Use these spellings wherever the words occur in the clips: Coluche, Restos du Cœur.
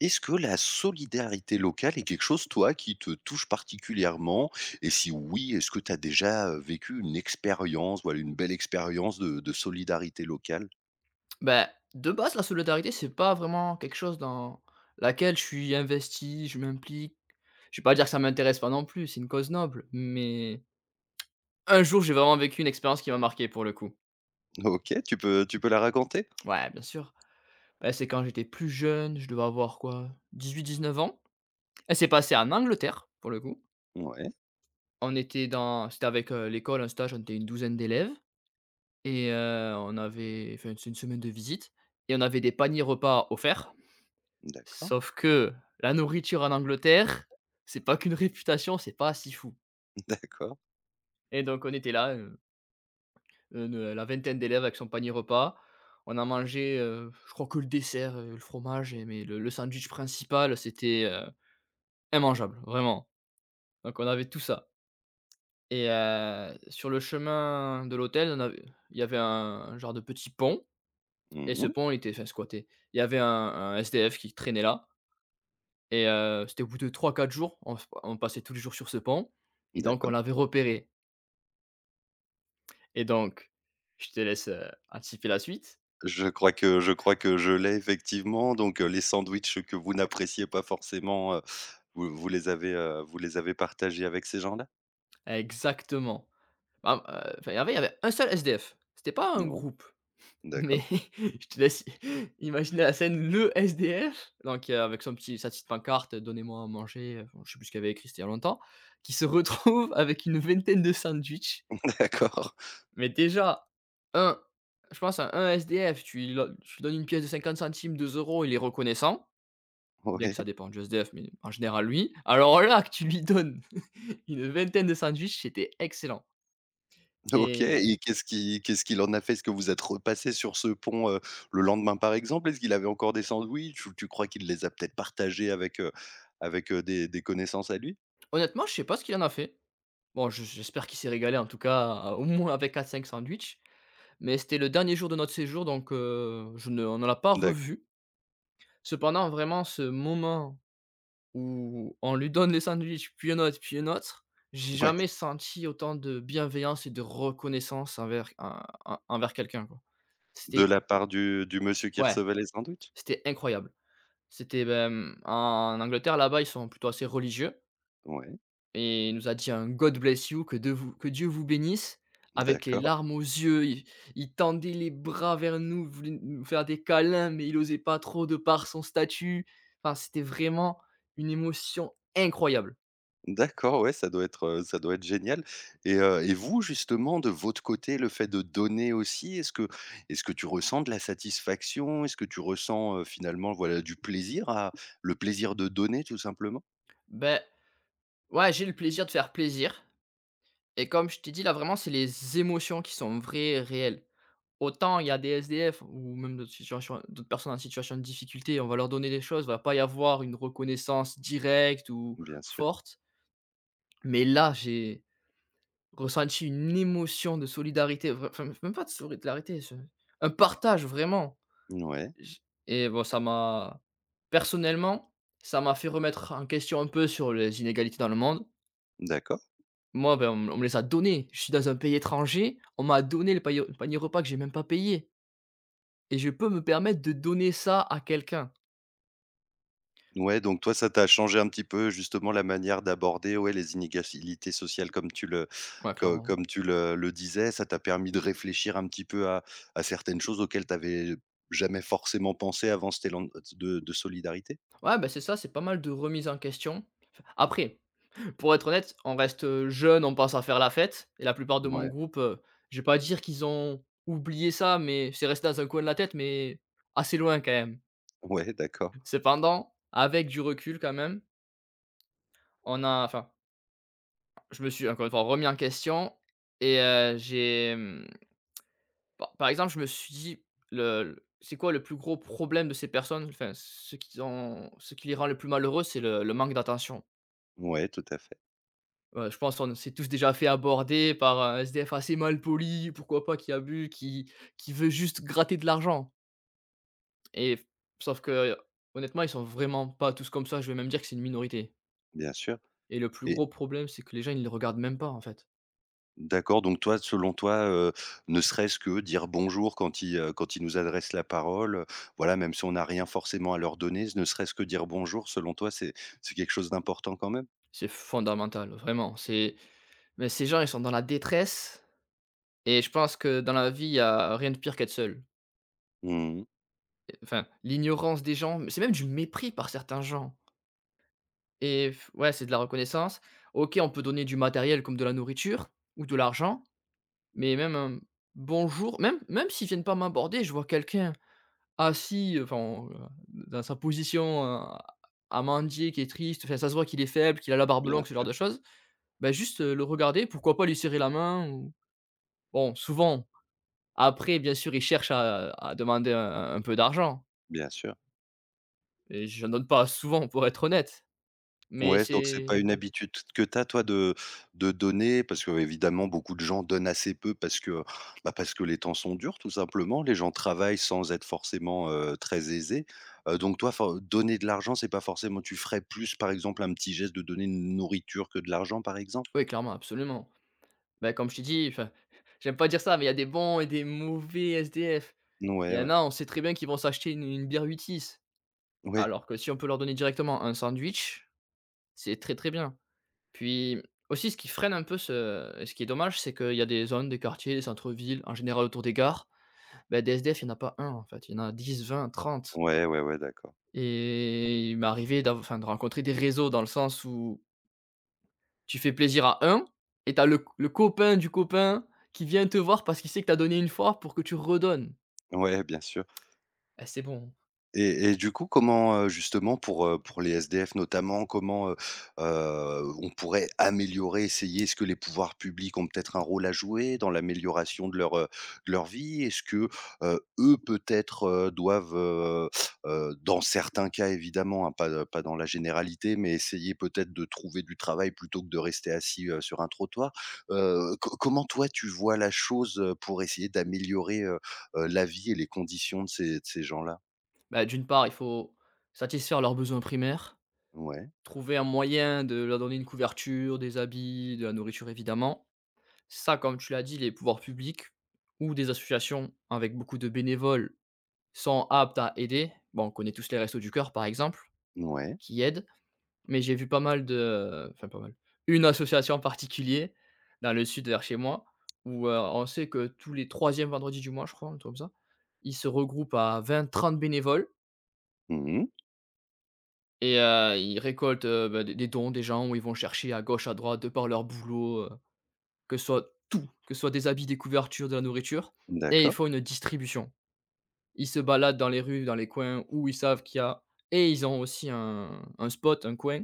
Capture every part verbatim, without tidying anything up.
Est-ce que la solidarité locale est quelque chose, toi, qui te touche particulièrement? Et si oui, est-ce que tu as déjà, heu, vécu une expérience, voilà, une belle expérience de de solidarité locale? Ben de base, la solidarité, c'est pas vraiment quelque chose dans laquelle je suis investi, je m'implique. Je vais pas dire que ça m'intéresse pas non plus, c'est une cause noble, mais un jour, j'ai vraiment vécu une expérience qui m'a marqué pour le coup. OK, tu peux tu peux la raconter? Ouais, bien sûr. Bah, c'est quand j'étais plus jeune, je devais avoir quoi, dix-huit à dix-neuf ans. Elle s'est passée en Angleterre, pour le coup. Ouais, On était dans c'était avec, heu, l'école, un stage, on était une douzaine d'élèves et heu, on avait enfin, c'est une semaine de visite et on avait des paniers repas offerts. d'accord. Sauf que la nourriture en Angleterre, c'est pas qu'une réputation, c'est pas si fou. D'accord. Et donc on était là, heu, une, la vingtaine d'élèves avec son panier repas. On a mangé, heu, je crois que le dessert, heu, le fromage et mais le le sandwich principal, c'était, heu, immangeable, vraiment. Donc on avait tout ça et heu, sur le chemin de l'hôtel, on avait il y avait un un genre de petit pont et ce Mmh. pont il était enfin squatté. Il y avait un un S D F qui traînait là. Et heu, c'était au bout de trois quatre jours, on on passait tous les jours sur ce pont et donc on D'accord. l'avait repéré et donc je te laisse, heu, anticiper la suite. Je crois que je crois que je l'ai effectivement, donc, heu, les sandwichs que vous n'appréciez pas forcément, heu, vous vous les avez, heu, vous les avez partagés avec ces gens-là? Exactement. Bah, heu, enfin, avant, il y avait un seul S D F. C'était pas un Non, groupe, d'accord. mais je te laisse imaginer la scène, le S D F, donc heu, avec son petit sa petite pancarte, «Donnez-moi à manger», heu, je sais plus ce qu'il y avait écrit, c'était il y a longtemps, qui se retrouve avec une vingtaine de sandwichs. D'accord. Mais déjà, un, je pense à un S D F, tu lui don tu lui donnes une pièce de cinquante centimes, deux euros, il est reconnaissant, bien Oui. que ça dépende du S D F, mais en général lui. Alors là, que tu lui donnes une vingtaine de sandwichs, c'était excellent. OK, Et et qu'est-ce qui qu'est-ce qu'il en a fait? Est-ce que vous êtes repassé sur ce pont, heu, le lendemain, par exemple? Est-ce qu'il avait encore des sandwichs ou tu crois qu'il les a peut-être partagés avec, heu, avec, heu, des des connaissances à lui? honnêtement, je sais pas ce qu'il en a fait. Bon, je j'espère qu'il s'est régalé en tout cas, au moins avec quatre- cinq sandwichs, mais c'était le dernier jour de notre séjour donc heu, je ne on ne l'a pas D'accord. revu. Cependant, vraiment ce moment où on lui donne les sandwichs, puis un autre, puis un autre. J'ai Ouais, jamais senti autant de bienveillance et de reconnaissance envers en en envers quelqu'un, quoi. de C'était la part du du monsieur qui ouais, recevait les sandwichs? c'était incroyable. C'était, ben, en Angleterre, là-bas, ils sont plutôt assez religieux Ouais, et il nous a dit un «God bless you», que de vous que Dieu vous bénisse, avec les d'accord. larmes aux yeux. Il il tendait les bras vers nous, voulait nous faire des câlins, mais il osait pas trop de par son statut. Enfin, c'était vraiment une émotion incroyable. D'accord, ouais, ça doit être, heu, ça doit être génial. Et heu, et vous, justement, de votre côté, le fait de donner aussi, est-ce que est-ce que tu ressens de la satisfaction? Est-ce que tu ressens, heu, finalement, voilà, du plaisir à le plaisir de donner, tout simplement? Ben, ouais, j'ai le plaisir de faire plaisir et comme je t'ai dit, là, vraiment, c'est les émotions qui sont vraies, et réelles. Autant il y a des S D F ou même d'autres situations d'autres personnes en situation de difficulté, on va leur donner des choses, il va pas y avoir une reconnaissance directe ou Bien sûr. forte. Mais là, j'ai ressenti une émotion de solidarité, vrai enfin, même pas de solidarité, je un partage vraiment. Ouais, J et bon, ça m'a personnellement, ça m'a fait remettre en question un peu sur les inégalités dans le monde. d'accord. Moi, ben, on me on me les a donnés. Je suis dans un pays étranger, on m'a donné le paille panier repas que j'ai même pas payé et je peux me permettre de donner ça à quelqu'un. Ouais, donc toi, ça t'a changé un petit peu justement la manière d'aborder, ouais, les inégalités sociales comme tu le, Ouais, co- clairement. comme tu le, le disais. Ça t'a permis de réfléchir un petit peu à, à certaines choses auxquelles tu n'avais jamais forcément pensé avant cet élan de, de solidarité. Ouais, ben c'est ça, c'est pas mal de remises en question. Après, pour être honnête, on reste, heu, jeune, on pense à faire la fête et la plupart de mon Ouais, groupe, heu, je vais pas dire qu'ils ont oublié ça, mais c'est resté dans un coin de la tête, mais assez loin quand même. ouais, d'accord. Cependant, avec du recul quand même, on a enfin, je me suis encore une fois remis en question et heu, j'ai, mmh Par par exemple, je me suis dit: «Le le C'est quoi le plus gros problème de ces personnes?» Enfin, ce qu'ils ont ce qui les rend le plus malheureux, c'est le le manque d'attention. Ouais, tout à fait, Heu, je pense qu'on s'est tous déjà fait aborder par un S D F assez malpoli, pourquoi pas, qui abuse, qui qui veut juste gratter de l'argent et sauf que, honnêtement, ils sont vraiment pas tous comme ça, je vais même dire que c'est une minorité bien sûr. et le plus gros problème, c'est que les gens, ils ne les regardent même pas, en fait. D'accord, donc toi, selon toi, heu, ne serait-ce que dire bonjour quand ils, heu, quand ils nous adressent la parole, heu, voilà, même si on n'a rien forcément à leur donner, ne serait-ce que dire bonjour, selon toi, c'est c'est quelque chose d'important quand même? C'est fondamental, vraiment, c'est mais ces gens, ils sont dans la détresse et je pense que dans la vie, il y a rien de pire qu'être seul. Mmh. Enfin, l'ignorance des gens, c'est même du mépris par certains gens et f- ouais, c'est de la reconnaissance. OK, on peut donner du matériel comme de la nourriture ou de l'argent, mais même un bonjour, même même s'ils viennent pas m'aborder, je vois quelqu'un assis, enfin, heu, dans sa position, heu, à mendier, qui est triste, enfin, ça se voit qu'il est faible, qu'il a la barbe Bien longue, ce genre sûr, de choses. Ben juste, heu, le regarder, pourquoi pas lui serrer la main ou bon, souvent, après bien sûr, ils cherchent à à demander un un peu d'argent bien sûr. et je n'en donne pas souvent pour être honnête. Mais Ouais, donc c'est pas c'est une habitude que tu as toi de de donner parce qu'évidemment beaucoup de gens donnent assez peu parce que, bah, parce que les temps sont durs tout simplement. Les gens travaillent sans être forcément, heu, très aisés, heu, donc toi for donner de l'argent, c'est pas forcément, tu ferais plus par exemple un petit geste de donner une nourriture que de l'argent, par exemple? oui, clairement, absolument. Bah, comme je t'ai dit, enfin, j'aime pas dire ça, mais il y a des bons et des mauvais S D F. Il Ouais, y en ouais. a, on sait très bien qu'ils vont s'acheter une une bière huit, Ouais. alors que si on peut leur donner directement un sandwich, c'est très, très bien. Puis aussi, ce qui freine un peu ce et ce qui est dommage, c'est qu'il y a des zones, des quartiers, des centres-villes, en général autour des gares, bah, des S D F, il y en a pas un en fait, il y en a dix, vingt, trente. Ouais, ouais, ouais, d'accord. Et il m'est arrivé d'av enfin, de rencontrer des réseaux dans le sens où tu fais plaisir à un et t'as le, le copain du copain qui vient te voir parce qu'il sait que t'as donné une fois pour que tu redonnes. Ouais, bien sûr. Eh, c'est bon. Et et du coup, comment, heu, justement pour, heu, pour les S D F notamment, comment, heu heu, on pourrait améliorer, essayer? Est-ce que les pouvoirs publics ont peut-être un rôle à jouer dans l'amélioration de leur, heu, de leur vie? Est-ce que, heu, eux peut-être, heu, doivent, heu heu, dans certains cas évidemment, hein, pas, pas dans la généralité, mais essayer peut-être de trouver du travail plutôt que de rester assis, heu, sur un trottoir? Heu, co comment toi tu vois la chose, heu, pour essayer d'améliorer, heu heu, la vie et les conditions de ces de ces gens-là? Bah, d'une part, il faut satisfaire leurs besoins primaires, Ouais. trouver un moyen de leur donner une couverture, des habits, de la nourriture évidemment. Ça, comme tu l'as dit, les pouvoirs publics ou des associations avec beaucoup de bénévoles sont aptes à aider. Bon, on connaît tous les restos du cœur par exemple, Ouais. qui aident. Mais j'ai vu pas mal de, enfin pas mal, une association en particulier dans le sud vers chez moi où, heu, on sait que tous les troisièmes vendredis du mois, je crois, un truc comme ça, ils se regroupent à vingt trente bénévoles Mmh. et heu, ils récoltent, heu, bah, des des dons des gens où ils vont chercher à gauche, à droite, de par leur boulot, heu, que ce soit tout, que ce soit des habits, des couvertures, de la nourriture et ils D'accord, font une distribution. Ils se baladent dans les rues, dans les coins où ils savent qu'il y a et ils ont aussi un un spot, un coin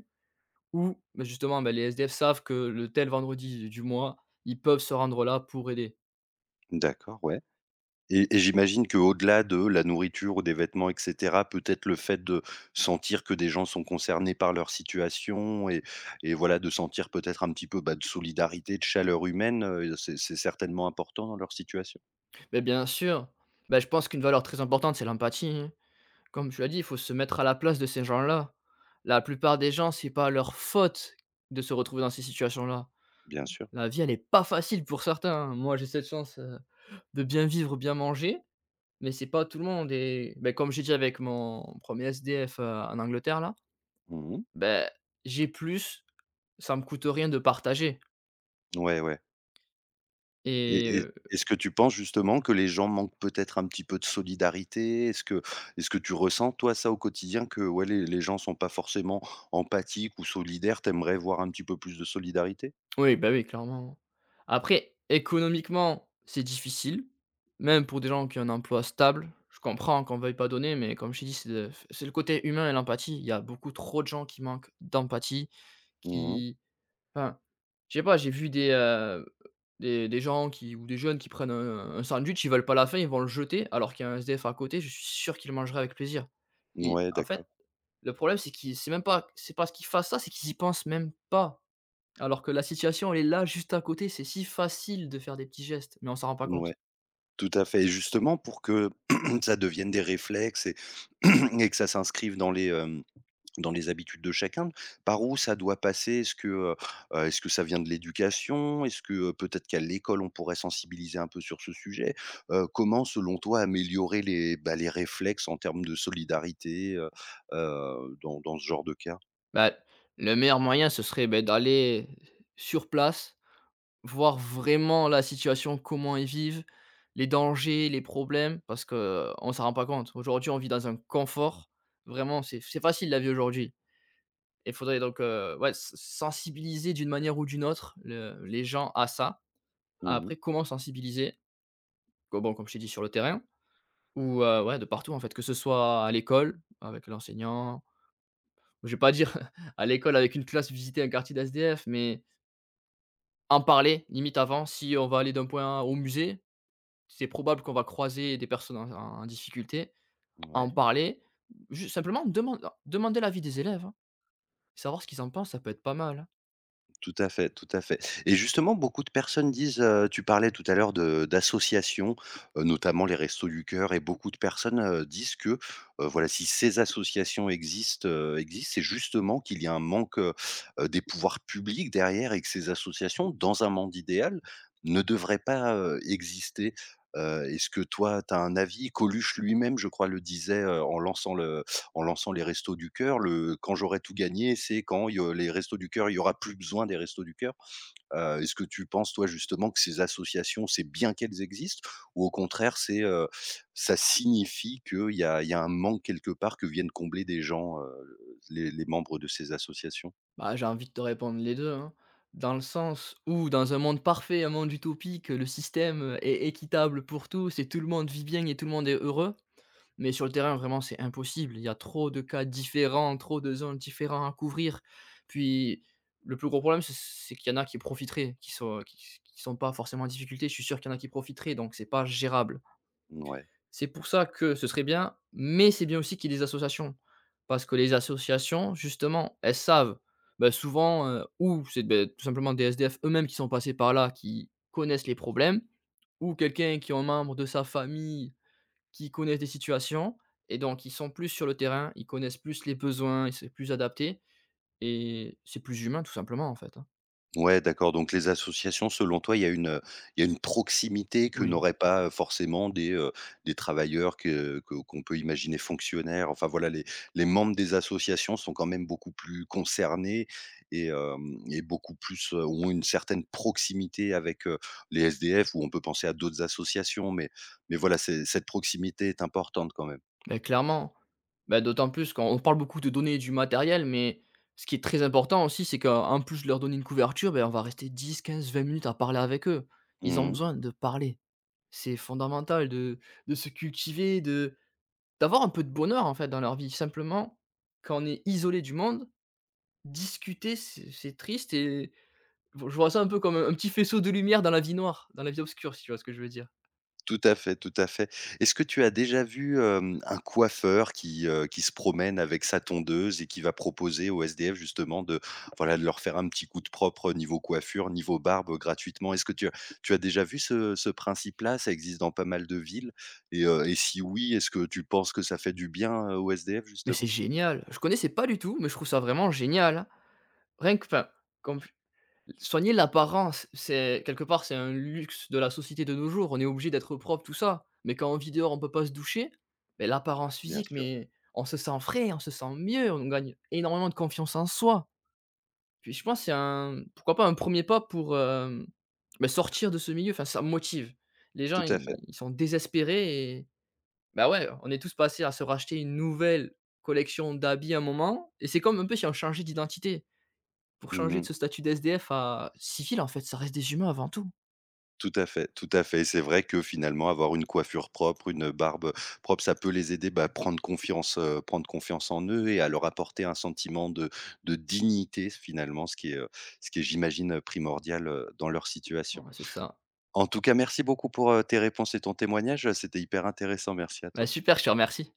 ou, bah, justement, bah, les S D F savent que le tel vendredi du mois, ils peuvent se rendre là pour aider. d'accord, ouais. et et j'imagine qu'au-delà de la nourriture ou des vêtements et cetera, peut-être le fait de sentir que des gens sont concernés par leur situation et et voilà, de sentir peut-être un petit peu, bah, de solidarité, de chaleur humaine, heu, c'est c'est certainement important dans leur situation. Mais bien sûr, bah, je pense qu'une valeur très importante, c'est l'empathie, hein. Comme tu l'as dit, il faut se mettre à la place de ces gens-là. La plupart des gens, c'est pas leur faute de se retrouver dans ces situations-là. Bien sûr. La vie, elle est pas facile pour certains, hein. Moi, j'ai cette chance, heu, de bien vivre, bien manger, mais c'est pas tout le monde et bah, comme j'ai dit avec mon premier S D F, heu, en Angleterre là, Mmh. bah, j'ai plus, ça me coûte rien de partager Ouais, ouais. Et et et est-ce que tu penses justement que les gens manquent peut-être un petit peu de solidarité? Est-ce que est-ce que tu ressens toi ça au quotidien que, ouais, les les gens sont pas forcément empathiques ou solidaires? T'aimerais voir un petit peu plus de solidarité? oui, bah, oui, clairement. Après, économiquement, c'est difficile, même pour des gens qui ont un emploi stable. Je comprends qu'on ne veuille pas donner, mais comme je t'ai dit, c'est le c'est le côté humain et l'empathie. Il y a beaucoup trop de gens qui manquent d'empathie, Mmh. qui enfin, je sais pas, j'ai vu des, heu, des des gens qui ou des jeunes qui prennent un un sandwich, ils veulent pas la fin, ils vont le jeter, alors qu'il y a un S D F à côté, je suis sûr qu'il le mangerait avec plaisir. Et Ouais, en fait, d'accord. le problème, c'est qu'ils, c'est même pas c'est pas ce qu'ils fassent ça, c'est qu'ils y pensent même pas. Alors que la situation, elle est là, juste à côté, c'est si facile de faire des petits gestes, mais on s'en rend pas Ouais, compte. tout à fait. Et justement pour que ça devienne des réflexes et et que ça s'inscrive dans les, hem dans les habitudes de chacun, par où ça doit passer? Est-ce que, heu heu, est-ce que ça vient de l'éducation? Est-ce que, heu, peut-être qu'à l'école, on pourrait sensibiliser un peu sur ce sujet? Heu, comment, selon toi, améliorer les, bah, les réflexes en termes de solidarité, heu heu, dans dans ce genre de cas? Bah, le meilleur moyen, ce serait, ben d'aller sur place, voir vraiment la situation, comment ils vivent, les dangers, les problèmes, parce que on s'en rend pas compte. Aujourd'hui, on vit dans un confort. Vraiment, c'est c'est facile la vie aujourd'hui. Il faudrait donc, heu, ouais, s sensibiliser d'une manière ou d'une autre le les gens à ça. Mmh. Après, comment sensibiliser? bon, comme je t'ai dit, sur le terrain. Ou, heu, ouais, de partout en fait, que ce soit à l'école avec l'enseignant, je vais pas dire à l'école avec une classe visiter un quartier d'S D F, mais en parler limite avant. Si on va aller d'un point A au musée, c'est probable qu'on va croiser des personnes en en en difficulté. En Ouais. parler, juste simplement demander demander l'avis des élèves, hein. Savoir ce qu'ils en pensent, ça peut être pas mal, hein. Tout à fait, tout à fait. Et justement, beaucoup de personnes disent, heu, tu parlais tout à l'heure de d'associations, heu, notamment les Restos du Cœur, et beaucoup de personnes, heu, disent que, heu, voilà, si ces associations existent, heu, existent, c'est justement qu'il y a un manque, heu heu, des pouvoirs publics derrière, et que ces associations, dans un monde idéal, ne devraient pas, heu, exister. Heu, est-ce que toi, tu as un avis? Coluche lui-même, je crois, le disait, heu, en lançant le, en lançant les Restos du Cœur, le quand j'aurai tout gagné, c'est quand il y a les Restos du Cœur, il y aura plus besoin des Restos du Cœur. Heu, est-ce que tu penses, toi, justement, que ces associations, c'est bien qu'elles existent, ou au contraire, c'est, heu, ça signifie qu'il y a il y a un manque quelque part que viennent combler des gens, heu, les les membres de ces associations? Bah, j'ai envie de te répondre les deux, hein. Dans le sens où dans un monde parfait, un monde utopique, le système est équitable pour tous et tout le monde vit bien et tout le monde est heureux. Mais sur le terrain, vraiment, c'est impossible. Il y a trop de cas différents, trop de zones différentes à couvrir. Puis, le plus gros problème, c'est c'est qu'il y en a qui profiteraient, qui sont qui s qui sont pas forcément en difficulté. Je suis sûr qu'il y en a qui profiteraient, donc c'est pas gérable. Ouais. C'est pour ça que ce serait bien, mais c'est bien aussi qu'il y ait des associations. Parce que les associations, justement, elles savent, bah, souvent, heu, ou c'est, beh, tout simplement des S D F eux-mêmes qui sont passés par là, qui connaissent les problèmes, ou quelqu'un qui est un membre de sa famille qui connaissent des situations, et donc ils sont plus sur le terrain, ils connaissent plus les besoins, ils sont plus adaptés et c'est plus humain tout simplement, en fait, hein. Ouais, d'accord, donc les associations, selon toi, il y a une, heu, il y a une proximité que Oui, n'auraient pas, heu, forcément des, heu, des travailleurs que que qu'on peut imaginer fonctionnaires. Enfin voilà, les les membres des associations sont quand même beaucoup plus concernés et hem et beaucoup plus, heu, ont une certaine proximité avec, heu, les S D F, ou on peut penser à d'autres associations, mais mais voilà, c'est cette proximité est importante quand même. mais clairement. Bah, d'autant plus qu'on on parle beaucoup de donner du matériel, mais ce qui est très important aussi, c'est qu'en plus de leur donner une couverture, ben on va rester dix, quinze, vingt minutes à parler avec eux. Ils ont Mmh. besoin de parler. C'est fondamental de de se cultiver, de d'avoir un peu de bonheur, en fait, dans leur vie. Simplement, quand on est isolé du monde, discuter, c'est c'est triste et… Bon, je vois ça un peu comme un un petit faisceau de lumière dans la vie noire, dans la vie obscure, si tu vois ce que je veux dire? Tout à fait, tout à fait. Est-ce que tu as déjà vu, hem, un coiffeur qui, heu, qui se promène avec sa tondeuse et qui va proposer aux S D F justement de, voilà, de leur faire un petit coup de propre niveau coiffure, niveau barbe, gratuitement? Est-ce que tu as Tu as déjà vu ce ce principe-là? Ça existe dans pas mal de villes, et heu, et si oui, est-ce que tu penses que ça fait du bien, heu, aux S D F Mais c'est justement? génial! Je connaissais pas du tout, mais je trouve ça vraiment génial, hein. Rien que, enfin, comme soigner l'apparence, c'est quelque part, c'est un luxe de la société de nos jours. On est obligé d'être propre, tout ça. Mais quand on vit dehors, on peut pas se doucher, mais l'apparence Bien physique, sûr, mais on se sent frais, on se sent mieux, on gagne énormément de confiance en soi. Puis je pense que c'est un, pourquoi pas, un premier pas pour, hem, bah, sortir de ce milieu. Enfin, ça motive. Les gens, tout à ils fait. ils sont désespérés. Bah, ouais, on est tous passés à se racheter une nouvelle collection d'habits à un moment et c'est comme un peu si on changeait d'identité. Pour changer de Mmh. ce statut d'S D f à civil, en fait, ça reste des humains avant tout. Tout à fait, tout à fait. Et c'est vrai que finalement, avoir une coiffure propre, une barbe propre, ça peut les aider, bah, à prendre confiance, heu, prendre confiance en eux, et à leur apporter un sentiment de de dignité finalement, ce qui est, heu, ce qui est, j'imagine, primordial, heu, dans leur situation. Ouais, c'est ça. En tout cas, merci beaucoup pour, heu, tes réponses et ton témoignage, c'était hyper intéressant. Merci à Bah, toi. super, je te remercie.